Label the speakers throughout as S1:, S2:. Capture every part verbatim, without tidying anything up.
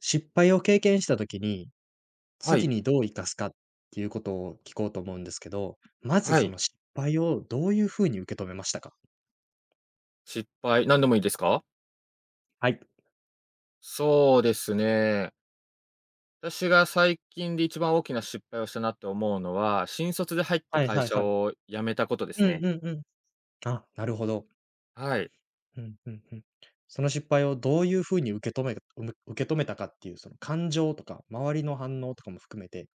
S1: 失敗を経験した時に、
S2: は
S1: 次
S2: い、
S1: にどう生かすかっていうことを聞こうと思うんですけど、まず
S2: は
S1: そ
S2: い。
S1: の失敗をどういうふうに受け止めましたか？
S2: 失敗、何でもいいですか？
S1: はい。
S2: そうですね。私が最近で一番大きな失敗をしたなって思うのは、新卒で入った
S1: はい
S2: 会
S1: はい
S2: 社
S1: はい。
S2: を辞めたことで
S1: う
S2: すね。
S1: んうんうん。あ、なるほど。
S2: はい。
S1: うんうんうん。その失敗をどういうふうに受け止めうむ受け止めたかっていうその感情とか、周りの反応とかも含めて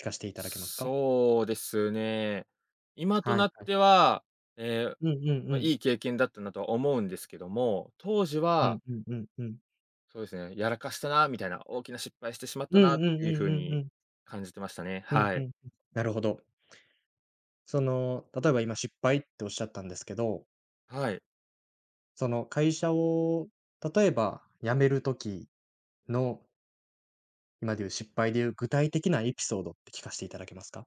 S1: 聞かせていただけますか？
S2: そうですね。今
S1: はい
S2: と
S1: は
S2: な
S1: い
S2: っ
S1: は
S2: て
S1: い。
S2: は、ええ、
S1: うんうんう
S2: まあ、
S1: ん。
S2: いい経験だったなとは思うんですけども、当時
S1: うん
S2: は、
S1: うんうんうん。
S2: そうですね、やらかしたなみたいな、大きな失敗してしまっ
S1: う
S2: た
S1: ん
S2: な
S1: う
S2: って
S1: んう
S2: いう
S1: ん
S2: 風
S1: うんう
S2: に
S1: ん。
S2: 感じてましたね。
S1: うん
S2: は
S1: うんう
S2: い。
S1: ん。なるほど。その、例えば今失敗っておっしゃったんですけど
S2: はい。
S1: その会社を、例えば辞める時の、今でいう失敗でいう具体的なエピソードって聞かせていただけますか？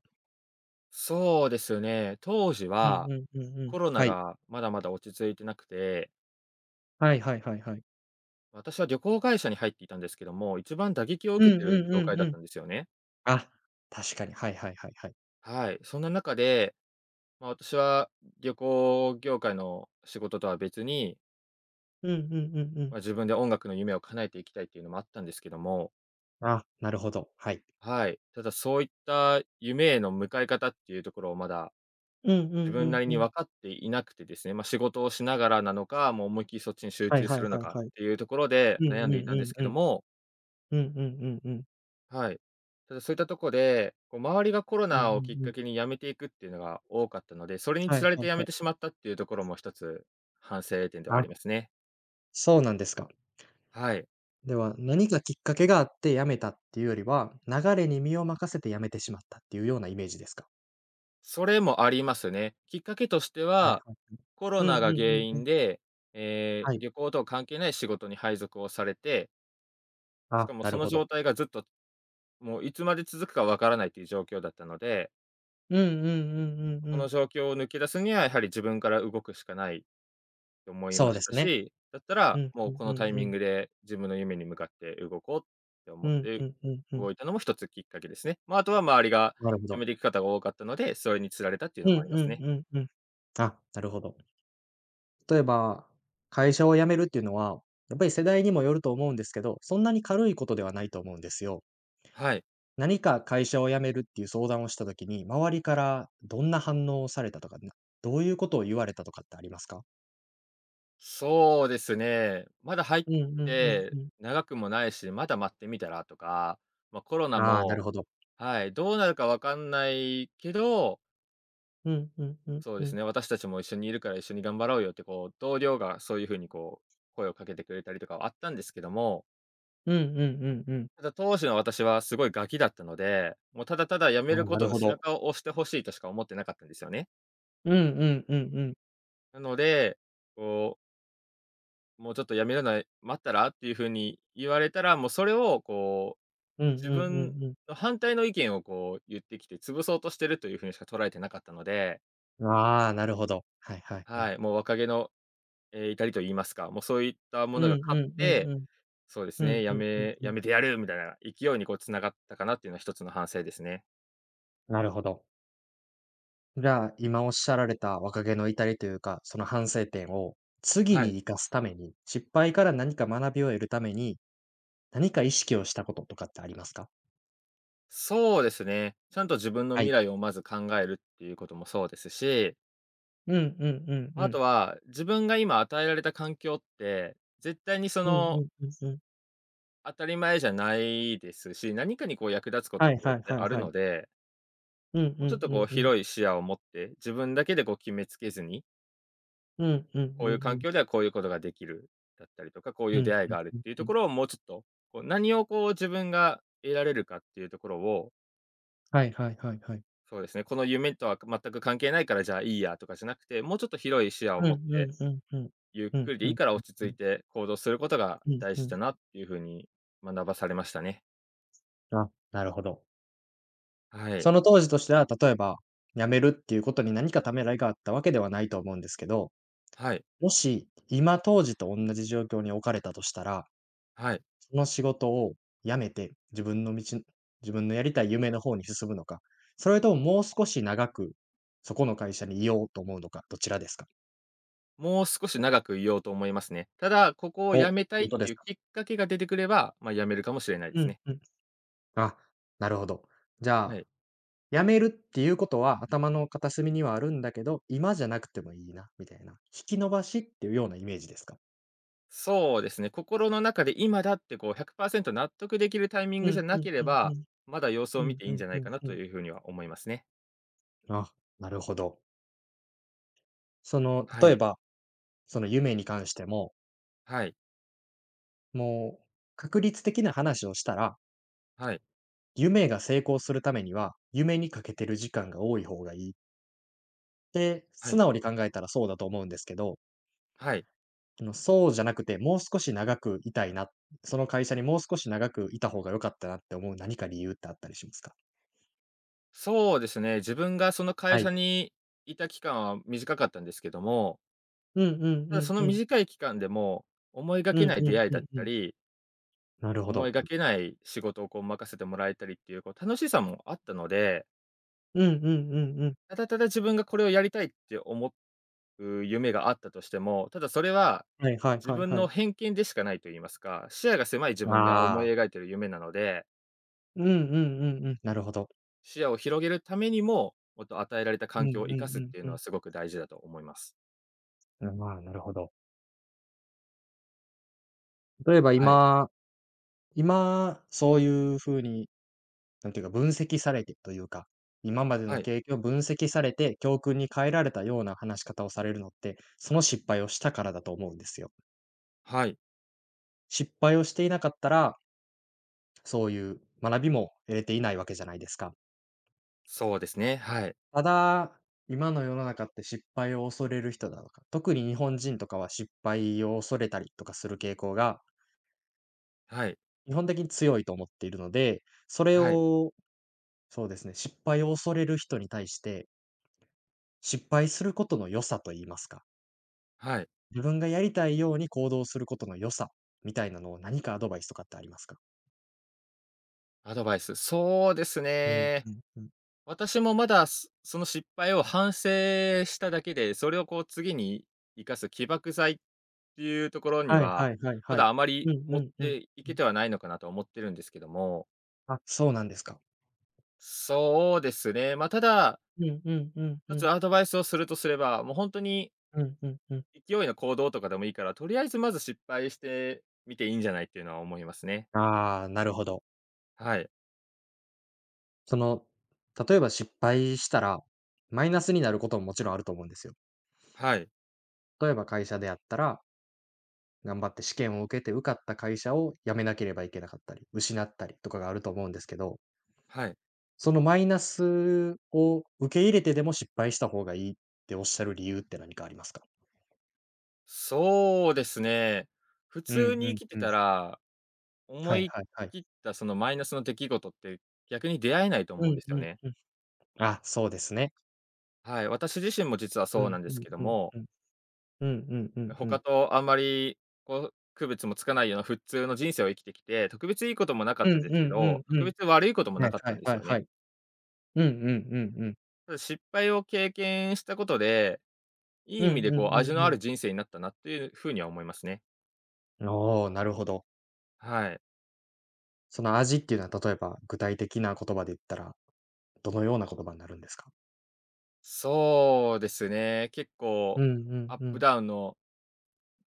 S2: そうですね。当時
S1: う
S2: は
S1: んうんうんうん。
S2: コロナ
S1: はい。
S2: がまだまだ落ち着いてなくて、
S1: はいはいはいはい。
S2: 私は旅行会社に入っていたんですけども、一番打撃を
S1: う
S2: 受
S1: ん
S2: けて
S1: う
S2: る
S1: ん
S2: 業
S1: う
S2: 界
S1: ん
S2: だ
S1: う
S2: っ
S1: ん。
S2: たんですよね。
S1: あ、確かに。はいはいはいはい。
S2: はい。そんな中で、まあ、私は旅行業界の仕事とは別に、
S1: うんうんうんうん。
S2: まあ、自分で音楽の夢を叶えていきたいっていうのもあったんですけども、
S1: あ、なるほど、はい。
S2: はい。ただそういった夢への向かい方っていうところをまだ
S1: うんう
S2: 自
S1: んう
S2: 分な
S1: ん
S2: り
S1: う
S2: に
S1: ん。
S2: 分かっていなくてですね、まあ、仕事をしながらなのか、もう思いっきりそっちに集
S1: はい
S2: 中
S1: はい
S2: するの
S1: はい
S2: かっ
S1: はい。
S2: ていうところで
S1: うん
S2: 悩んで
S1: う
S2: い
S1: ん
S2: たん
S1: う
S2: です
S1: ん
S2: け
S1: う
S2: ど
S1: ん。
S2: も、
S1: うんうんうんうん。
S2: はい。ただそういったとこで、こう周りがコロ
S1: うんうん
S2: ナをきっ
S1: う
S2: か
S1: ん。
S2: けに辞めていくっていうのが多かったので、それに
S1: は
S2: つ
S1: い
S2: られ
S1: は
S2: て
S1: い
S2: 辞
S1: は
S2: め
S1: い。
S2: てしまったっていうところも一つ反省点ではあ
S1: あ、
S2: りますね。
S1: そうなんですか。
S2: はい。
S1: では、何かきっかけがあって辞めたっていうよりは、流れに身を任せて辞めてしまったっていうようなイメージですか？
S2: それもありますね。きっかけとして
S1: はい
S2: は、
S1: はいはい。
S2: コロ
S1: う
S2: ナ
S1: ん
S2: が
S1: うんう
S2: 原
S1: んう
S2: 因
S1: ん。
S2: で、えー
S1: はい。
S2: 旅行とは関係ない仕事に配属をされて、しか
S1: あ、
S2: も
S1: な
S2: そ
S1: る
S2: の
S1: ほ
S2: 状
S1: ど。
S2: 態がずっと、もういつまで続くかわからないという状況だったので、
S1: うんうんうんうん
S2: こ
S1: うん。
S2: の状況を抜け出すには、やはり自分から動くしかないて思いま
S1: そう
S2: し
S1: で
S2: た
S1: すね。
S2: し、だった
S1: う
S2: ら、
S1: ん
S2: も
S1: う
S2: う
S1: ん
S2: こ
S1: う
S2: のタイ
S1: んう
S2: ミン
S1: ん。
S2: グで自分の夢に向かって動こうって
S1: う
S2: 思っ
S1: ん
S2: て
S1: うんうんう
S2: 動
S1: ん。
S2: いたのも一つきっかけですね。まあ、あとは周りが
S1: なるほ
S2: 辞
S1: ど。
S2: めていく方が多かったので、それに釣られたっていう
S1: う
S2: の
S1: んう
S2: もありますね。
S1: んうんうん。あ、なるほど。例えば、会社を辞めるっていうのは、やっぱり世代にもよると思うんですけど、そんなに軽いことではないと思うんですよ。
S2: はい。
S1: 何か会社を辞めるっていう相談をした時に、周りからどんな反応をされたとか、などういうことを言われたとかってありますか？
S2: そうですね。まだ入っ
S1: うんうんうん
S2: て
S1: うん。
S2: 長くもないし、まだ待ってみたらとか、まあ、コロナ
S1: ああ、な
S2: も、
S1: るほど。
S2: はい、どうなるかわかんないけど、
S1: うんうんうん
S2: そうで
S1: う
S2: す
S1: ん。
S2: ね、私たちも一緒にいるから一緒に頑張ろうよってこう、同僚がそういう風にこう、声をかけてくれたりとかはあったんですけども、
S1: うんうんうんうん。
S2: ただ、当時の私はすごいガキだったので、もうただただ辞め
S1: あ
S2: る
S1: あ、
S2: こ
S1: な
S2: と
S1: る
S2: の
S1: ほ
S2: 背
S1: ど。
S2: 中を押してほしいとしか思ってなかったんですよね。
S1: うんうんうんうん。
S2: なので、こう、もうちょっと辞めるのは待ったらっていうふうに言われたら、もうそれをこう、
S1: うん
S2: 自
S1: うんう
S2: 分
S1: んうん。
S2: の反対の意見をこう言ってきて、潰そうとしてるというふうにしか捉えてなかったので、
S1: ああ、なるほど。はいはいはい。
S2: はい、もう若気の、えー至りと言いますか、もうそういった
S1: う
S2: ものが
S1: ん
S2: 勝
S1: う
S2: っ
S1: んうん
S2: て、
S1: うん。
S2: そうです
S1: うん
S2: ね、
S1: う
S2: 辞
S1: んうん
S2: め、
S1: う
S2: 辞
S1: ん。
S2: めてやるみたいな勢いにこう繋がったかなっていうのは一つの反省ですね。
S1: なるほど。じゃあ、今おっしゃられた若気の至りというか、その反省点を次
S2: はい。
S1: に生かすために、失敗から何か学びを得るために、何か意識をしたこととかってありますか？
S2: そうですね。ちゃんと自分の
S1: は
S2: 未
S1: い。
S2: 来をまず考えるっていうこともそうですし、
S1: うんうんうんう
S2: あ
S1: ん。
S2: とは自分が今与えられた環境って、絶対にそ
S1: うんう
S2: の、
S1: んうんうん。
S2: 当たり前じゃないですし、何かにこう役立つこと
S1: は
S2: っ
S1: い
S2: て
S1: は
S2: 絶
S1: い
S2: 対
S1: はい
S2: ある
S1: はい。
S2: ので、
S1: うん
S2: も
S1: う
S2: うちょっとこ
S1: ん
S2: う
S1: うんうん。
S2: 広い視野を持って、自分だけでこう決めつけずに、
S1: うんうんう
S2: こういう
S1: んう
S2: 環
S1: ん。
S2: 境ではこういうことができるだったりとか、こうい
S1: う
S2: う出
S1: ん
S2: 会い
S1: うん
S2: がある
S1: う
S2: っ
S1: ん
S2: ていう
S1: う
S2: とこ
S1: ん。
S2: ろをもうちょっと、こう何をこう自分が得られるかっていうところを、
S1: はいはいはいはい。
S2: そうですね。この夢とは全く関係ないから、じゃあいいやとかじゃなくて、もうちょっと広い視野を
S1: うん
S2: 持っ
S1: うん
S2: て、
S1: うんうん。
S2: ゆっ
S1: うん
S2: くりで
S1: うんう
S2: いい
S1: ん
S2: から落ち
S1: う
S2: 着い
S1: ん。
S2: て行動することが
S1: うん
S2: 大
S1: う
S2: 事
S1: ん。
S2: だなっていう風に学ばされましたね。
S1: あ、なるほど。
S2: はい。
S1: その当時としては、例えば、辞めるっていうことに何かためらいがあったわけではないと思うんですけど、
S2: はい。
S1: もし今当時と同じ状況に置かれたとしたら
S2: はい。
S1: その仕事を辞めて、自分の道自分のやりたい夢の方に進むのか、それとももう少し長く、そこの会社にいようと思うのか、どちらですか？
S2: もう少し長く言おうと思いますね。ただ、ここを辞
S1: お、
S2: めたい
S1: 本
S2: っ
S1: 当で
S2: てい
S1: す
S2: う
S1: か？
S2: きっかけが出てくれば、まあ、辞めるかもしれないで
S1: う
S2: す
S1: ん
S2: ね。
S1: うん。あ、なるほど。じ
S2: は
S1: ゃあ、
S2: い。
S1: 辞めるっていうことは頭の片隅にはあるんだけど、今じゃなくてもいいなみたいな、引き延ばしっていうようなイメージですか？
S2: そうですね。心の中で今だってこうひゃくパーセント納得できるタイミン
S1: う
S2: グじゃ
S1: ん
S2: な
S1: うん
S2: けれ
S1: うんう
S2: ば、
S1: ん。
S2: まだ様子
S1: う
S2: を
S1: ん
S2: 見ていい
S1: う
S2: んじ
S1: ん
S2: ゃな
S1: う
S2: い
S1: ん
S2: かな
S1: う
S2: と
S1: ん。
S2: いう風には思いますね。
S1: あ、なるほど。その、
S2: は
S1: 例え
S2: い。
S1: ば、その夢に関しても
S2: はい。
S1: もう、確率的な話をしたら、
S2: はい。
S1: 夢が成功するためには、夢にかけてる時間が多い方がいいって、
S2: は
S1: 素
S2: い。
S1: 直に考えたらそうだと思うんですけど、
S2: はい。
S1: あの、そうじゃなくて、もう少し長くいたいな、その会社にもう少し長くいた方が良かったなって思う何か理由ってあったりしますか？
S2: そうですね、自分がその会
S1: は
S2: 社
S1: い。
S2: にいた期間は短かったんですけども、
S1: うんうん
S2: た
S1: う
S2: だそ
S1: ん
S2: の
S1: うん。
S2: 短い期間でも、思いが
S1: う
S2: けな
S1: ん
S2: い
S1: う
S2: 出
S1: ん
S2: 会い
S1: う
S2: だっ
S1: んう
S2: た
S1: ん。
S2: り、
S1: なるほ
S2: 思い
S1: ど。
S2: がけない仕事をこう任せてもらえたりっていうこう楽しさもあったので、
S1: うんうんうんうん。
S2: ただただ自分がこれをやりたいって思う夢があったとしても、ただそれは
S1: はいはい
S2: 自
S1: はい
S2: 分
S1: は
S2: の
S1: い。
S2: 偏見でしかないと言いますか、視野が狭い自分が思
S1: あ
S2: い
S1: あ。
S2: 描いている夢なので、
S1: うんうんうんうん。なるほど。
S2: 視野を広げるためにも、もっと与えられた
S1: う
S2: 環
S1: んう
S2: 境を
S1: ん
S2: 生
S1: う
S2: かすっていう
S1: んう
S2: のは
S1: ん。
S2: すごく大事だと思います。
S1: うん、まあ、なるほど。例えば
S2: はい。
S1: 今今、そういう風に、なんていうか、分析されてというか、今まで
S2: は
S1: の
S2: い。
S1: 経験を分析されて、教訓に変えられたような話し方をされるのって、その失敗をしたからだと思うんですよ。
S2: はい、
S1: 失敗をしていなかったら、そういう学びも得れていないわけじゃないですか。
S2: そうですね。はい。
S1: ただ、今の世の中って失敗を恐れる人だとか、特に日本人とかは失敗を恐れたりとかする傾向が、
S2: はい。
S1: 基本的に強いと思っているので、それ
S2: はい。
S1: をそうですね、失敗を恐れる人に対して失敗することの良さと言いますか、
S2: はい。
S1: 自分がやりたいように行動することの良さみたいなのを何かアドバイスとかってありますか？
S2: アドバイス、そうです
S1: うん、
S2: ね。
S1: うん、うん。
S2: 私もまだ、すその失敗を反省しただけで、それをこう次に生かす起爆剤っていうところに
S1: はい
S2: は、
S1: はいはい
S2: ま
S1: はい。
S2: だあま
S1: う
S2: り
S1: んう
S2: 持っ
S1: んうん。
S2: てい
S1: う
S2: け
S1: ん。
S2: てはないのかなと思ってるんですけども。
S1: あ、そうなんですか。
S2: そうですね。まあ、ただ、
S1: うんうんうんう
S2: 一つ
S1: ん。
S2: アドバイスをするとすれば、もう本当に
S1: うんうんうん。
S2: 勢いの行動とかでもいいから、とりあえずまず失敗してみていいんじゃないっていうのは思いますね。
S1: ああ、なるほど。
S2: はい。
S1: その、例えば失敗したら、マイナスになることももちろんあると思うんですよ。
S2: はい。
S1: 例えば会社であったら、頑張って試験を受けて受かった会社を辞めなければいけなかったり、失ったりとかがあると思うんですけど
S2: はい。
S1: そのマイナスを受け入れてでも失敗した方がいいっておっしゃる理由って何かありますか？
S2: そうですね。普
S1: う
S2: 通
S1: んう
S2: に
S1: ん
S2: 生きて
S1: うん。
S2: たら、思
S1: はい
S2: い
S1: はいはい。
S2: 切ったそのマイナスの出来事って逆に出会えないと
S1: う
S2: 思うん
S1: ん
S2: です
S1: う
S2: よ
S1: ん
S2: ね。
S1: うん。あ、そうですね。
S2: はい、私自身も実は
S1: う
S2: そう
S1: ん
S2: なんで
S1: う
S2: す
S1: ん
S2: けど
S1: うん
S2: も、
S1: うん。うんうんうんう
S2: 他
S1: ん。
S2: とあんまりこう区別もつかないような普通の人生を生きてきて、特別いいこともなか
S1: う
S2: っ
S1: ん
S2: たです
S1: う
S2: け
S1: んう
S2: ど、
S1: んう
S2: 特
S1: ん。
S2: 別悪いことも
S1: は
S2: な
S1: い
S2: かっ
S1: は
S2: た
S1: い
S2: んで
S1: は
S2: す
S1: い
S2: よ
S1: は
S2: ね。
S1: い。うんうんうんうん。
S2: ただ失敗を経験したことで、いい意
S1: うん
S2: 味
S1: う
S2: でこう
S1: ん
S2: 味
S1: うん
S2: の
S1: う
S2: あ
S1: ん。
S2: る人生になったなっていうふうには思いますね。
S1: おお、なるほど。
S2: はい。
S1: その味っていうのは例えば具体的な言葉で言ったら、どのような言葉になるんですか？
S2: そうですね。結
S1: う
S2: 構
S1: んう
S2: ア
S1: ん
S2: ッ
S1: う
S2: プ
S1: ん。
S2: ダウンの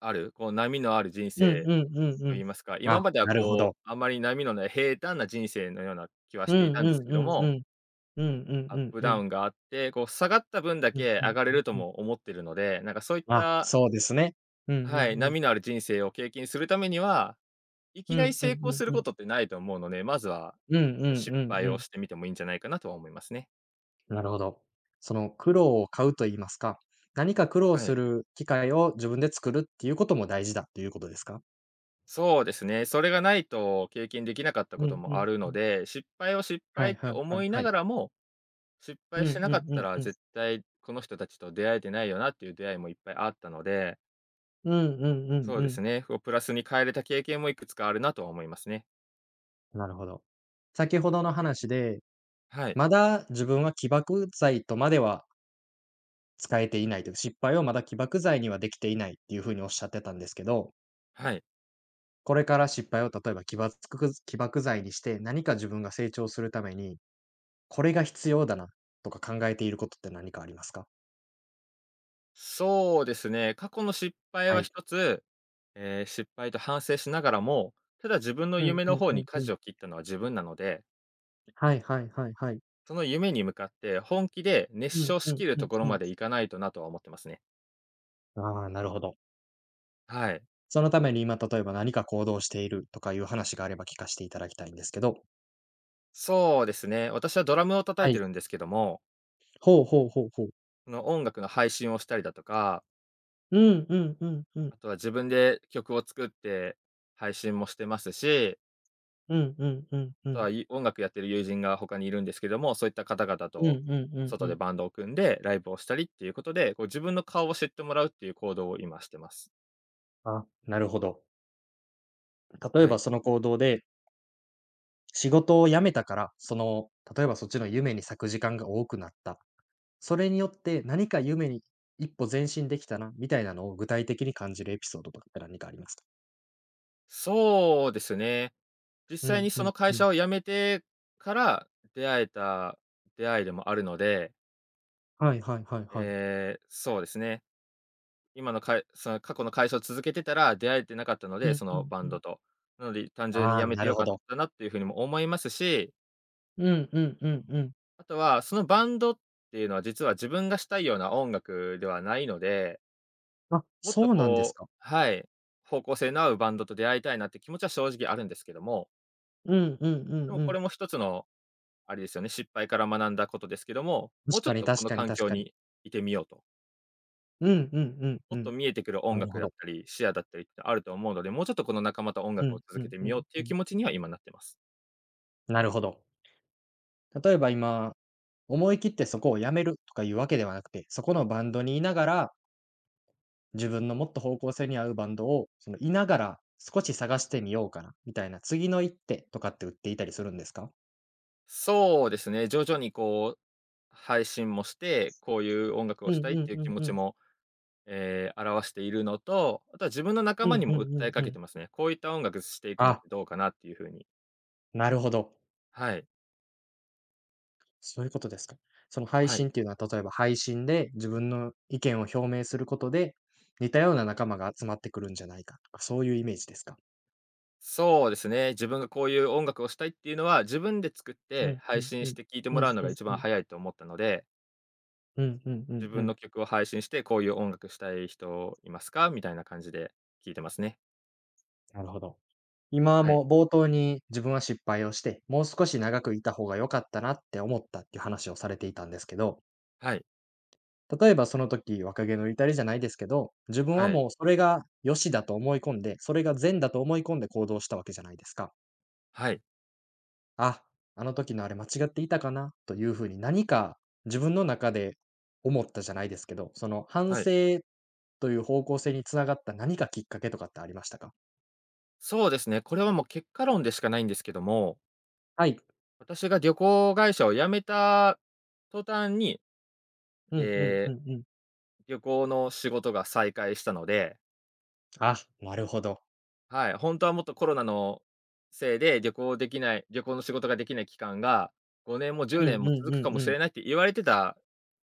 S2: ある、こう波のある人
S1: うん
S2: 生
S1: うんうん
S2: と
S1: う
S2: 言
S1: ん。
S2: いますか、
S1: あ、
S2: 今までは
S1: なるほ
S2: こ
S1: ど。
S2: う、あまり波のない平坦な人生のような気は
S1: う
S2: してい
S1: ん
S2: たんで
S1: う
S2: す
S1: ん
S2: け
S1: う
S2: ど
S1: んう
S2: も、
S1: んうんうん
S2: アッ
S1: うん
S2: プ
S1: う
S2: ダウ
S1: ん。
S2: ンがあって、こう下がった分だ
S1: うん
S2: け
S1: う
S2: 上
S1: ん
S2: がれ
S1: うん
S2: ると
S1: うん。
S2: も思ってるので、なんかそういっ
S1: あ、
S2: た、
S1: そうですね。うんうん
S2: はい、
S1: うん。
S2: 波のある人生を経験するためには、いき
S1: う
S2: なり
S1: んう
S2: 成
S1: ん
S2: 功す
S1: う
S2: る
S1: んう
S2: こ
S1: ん。
S2: とってないと思うので、まずは
S1: うんうん
S2: 失
S1: うん
S2: 敗
S1: う
S2: を
S1: ん。
S2: してみてもいいんじゃないかなとは思いますね。
S1: なるほど。その苦労を買うと言いますか、何か苦労
S2: は
S1: す
S2: い。
S1: る機会を自分で作るっていうことも大事だっていうことですか？
S2: そうですね。それがないと経験できなかった
S1: う
S2: こと
S1: ん
S2: も
S1: う
S2: あ
S1: ん。
S2: るので、失敗を失
S1: は
S2: 敗
S1: い
S2: って
S1: はいは
S2: 思
S1: い
S2: い
S1: は
S2: なが
S1: い。
S2: らも失
S1: う
S2: 敗
S1: ん
S2: してな
S1: う
S2: か
S1: ん
S2: っ
S1: う
S2: た
S1: ん
S2: ら、
S1: うん。
S2: 絶対この人たちと出会えてないよなっていう出会いもいっぱいあったので、
S1: うんうんうん
S2: そう
S1: う
S2: で
S1: ん。
S2: すね、こうプラスに変えれた経験もいくつかあるなとは思いますね。
S1: なるほど。先ほどの話で、
S2: はい。
S1: まだ自分は起爆剤とまでは使えていないというか、失敗をまだ起爆剤にはできていないっていうふうにおっしゃってたんですけど
S2: はい。
S1: これから失敗を例えば起爆起爆剤にして、何か自分が成長するために、これが必要だなとか考えていることって何かありますか？
S2: そうですね、過去の失敗
S1: は
S2: は
S1: い。
S2: 一つ、えー失敗と反省しながらも、ただ自分の
S1: うん
S2: 夢
S1: う
S2: の
S1: ん
S2: 方
S1: う
S2: に
S1: んうん。
S2: 舵を切ったのは自分なので、
S1: はいはいはいはい。
S2: その夢に向かって本気で熱
S1: うん
S2: 唱し
S1: う
S2: き
S1: ん
S2: る
S1: う
S2: と
S1: ん
S2: ころ
S1: う
S2: ま
S1: ん。
S2: でいかないとなとは思ってますね。
S1: ああ、なるほど。
S2: はい。
S1: そのために今例えば何か行動しているとかいう話があれば聞かしていただきたいんですけど。
S2: そうですね、私はドラムを叩
S1: は
S2: いて
S1: い。
S2: るんですけども、
S1: ほうほうほうほう。
S2: その音楽の配信をしたりだとか、
S1: うんうんうんうん。
S2: あとは自分で曲を作って配信もしてますし、
S1: うんうんうん
S2: あ
S1: う
S2: とは、
S1: ん。
S2: ゆ音楽やってる友人が他にいるんですけども、そういった方々
S1: うんう
S2: と
S1: んうん
S2: 外
S1: う
S2: で
S1: ん。
S2: バンドを組んでライブをしたりっていうことで、こう自分の顔を知ってもらうっていう行動を今してます。
S1: あ、なるほど。例え
S2: は
S1: ば
S2: い。
S1: その行動で仕事を辞めたから、その、例えばそっちの夢に咲く時間が多くなった。それによって何か夢に一歩前進できたなみたいなのを具体的に感じるエピソードとかって何かありますか？
S2: そうですね。実
S1: う
S2: 際
S1: ん
S2: に
S1: う
S2: そ
S1: ん
S2: の会
S1: うん。
S2: 社を辞めてから出会えた出会いでもあるので、
S1: はいはいはいはい。
S2: ええ、そうですね。今のかいその過去の会社を続けてたら、出会えてなかったの
S1: うん
S2: で、そ
S1: う
S2: の
S1: ん
S2: バ
S1: う
S2: ンド
S1: ん。
S2: と。なので、単純に
S1: ああ、
S2: 辞め
S1: な
S2: てよ
S1: る
S2: か
S1: ほ
S2: っ
S1: ど。
S2: たなっていうふうにも思いますし、
S1: うんうんうんうん。
S2: あとはそのバンドっていうのは実は自分がしたいような音楽ではないので、
S1: あ、
S2: もっと
S1: そうなんで
S2: こ
S1: す
S2: う、
S1: か。
S2: はい、方向性の合うバンドと出会いたいなって気持ちは正直あるんですけども、
S1: うんうんう
S2: で
S1: ん
S2: も
S1: う
S2: こ
S1: ん。
S2: れも一つのあれですよね、失敗から学んだことですけども、もう
S1: 確
S2: ちょ
S1: か
S2: っ
S1: に
S2: とこ
S1: 確
S2: の
S1: かに
S2: 環
S1: 確
S2: 境
S1: かに。
S2: にいてみようと。
S1: うんうんうん
S2: も
S1: う
S2: っ
S1: ん。
S2: と見えてくる音
S1: なる
S2: 楽
S1: ほ
S2: だっ
S1: ど。
S2: たり、視野だったりってあると思うので、もうちょっとこの仲間と音
S1: う
S2: 楽を
S1: ん
S2: 続
S1: う
S2: け
S1: ん
S2: て
S1: う
S2: みよう
S1: ん
S2: ってい
S1: う
S2: う
S1: ん。
S2: 気持ちには今なってます。
S1: なるほど。例えば今、思い切ってそこを辞めるとかいうわけではなくて、そこのバンドにいながら、自分のもっと方向性に合うバンドを、そのいながら少し探してみようかなみたいな、次の一手とかって売っていたりするんですか？
S2: そうですね、徐々にこう、配信もして、こういう音楽
S1: う
S2: を
S1: ん
S2: したいっ
S1: うん
S2: ていう
S1: う
S2: 気
S1: ん
S2: 持
S1: う
S2: ち
S1: ん。
S2: も、えー表しているのと、あとは自分の仲
S1: う
S2: 間
S1: ん
S2: に
S1: う
S2: も
S1: んう
S2: 訴え
S1: ん
S2: か
S1: う
S2: けて
S1: ん。
S2: ますね。こういった音楽していくのっ
S1: あ、
S2: てどうかなっていう風に。
S1: なるほど。
S2: はい、
S1: そういうことですか。その配
S2: はい。
S1: 信っていうのは、例えば配信で自分の意見を表明することで、似たような仲間が集まってくるんじゃないかとか、そういうイメージですか？
S2: そうですね、自分がこういう音楽をしたいっていうのは、自分で作っ
S1: う
S2: て
S1: んう
S2: 配
S1: ん
S2: 信
S1: う
S2: し
S1: ん。
S2: て聴いても
S1: うんうん
S2: らうのが一
S1: う
S2: 番
S1: ん。
S2: 早いと思ったので、
S1: うんうんうん
S2: 自
S1: う
S2: 分
S1: ん。
S2: の曲を配信して、こういう音楽したい人いますか？みたいな感じで聞いてますね。
S1: なるほど。今
S2: はい。
S1: も冒頭に自分は失敗をして、もう少し長くいた方が良かったなって思ったっていう話をされていたんですけど、
S2: はい。
S1: 例えばその時若気の至りじゃないですけど、自分は
S2: はい。
S1: もうそれが良しだと思い込んで、それが善だと思い込んで行動したわけじゃないですか。
S2: はい。
S1: あ、あの時のあれ間違っていたかなというふうに何か自分の中で思ったじゃないですけど、その反
S2: はい。
S1: 省という方向性につながった何かきっかけとかってありましたか
S2: そうですね。これはもう結果論でしかないんですけども、
S1: はい。
S2: 私が旅行会社を辞めた途端に、
S1: うんうん
S2: え
S1: う
S2: ー
S1: んうん。
S2: 旅行の仕事が再開したので、
S1: あ、なるほど。
S2: はい、本当はもっとコロナのせいで、旅行できない旅行の仕事ができない期間が、ごねんも10
S1: う
S2: 年
S1: ん
S2: も
S1: う
S2: 続
S1: んう
S2: くか
S1: ん
S2: も
S1: う
S2: しれ
S1: ん
S2: ないって言われてた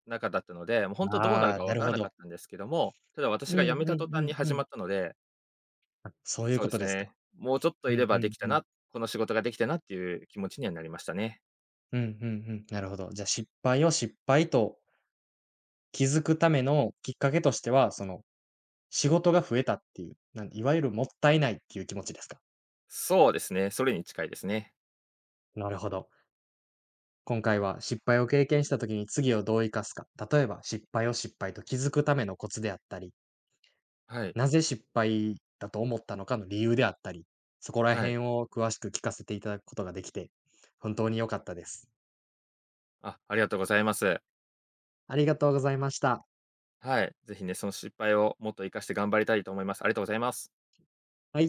S2: 中だったので、もう本当どうなる
S1: ああ、
S2: か
S1: な
S2: 分
S1: る
S2: から
S1: ほ
S2: なか
S1: ど。
S2: ったんですけども、ただ
S1: う
S2: 私が
S1: ん
S2: 辞めた
S1: う
S2: 途
S1: んう
S2: 端
S1: ん
S2: に
S1: う
S2: 始
S1: ん。
S2: まったので、
S1: あ、そういう
S2: そう
S1: こ
S2: で
S1: と
S2: す
S1: ですか。
S2: ね、もうちょっと
S1: う
S2: い
S1: んう
S2: ればで
S1: ん
S2: きた
S1: うん。
S2: な、この仕事ができたなっていう気持ちにはなりましたね。
S1: うんうんうん、なるほど。じゃ、失敗を失敗と気づくためのきっかけとしては、その、仕事が増えたっていう、なんいわゆるもったいないっていう気持ちですか？
S2: そうですね、それに近いですね。
S1: なるほど。今回は失敗を経験した時に次をどう生かすか、例えば失敗を失敗と気づくためのコツであったり、
S2: はい、
S1: なぜ失敗だと思ったのかの理由であったり、そこら
S2: はい。
S1: 辺を詳しく聞かせていただくことができて、本当に良かったです。
S2: あ、ありがとうございます。
S1: ありがとうございました。
S2: はい、ぜひね、その失敗をもっと生かして頑張りたいと思います。ありがとうございます。
S1: はい。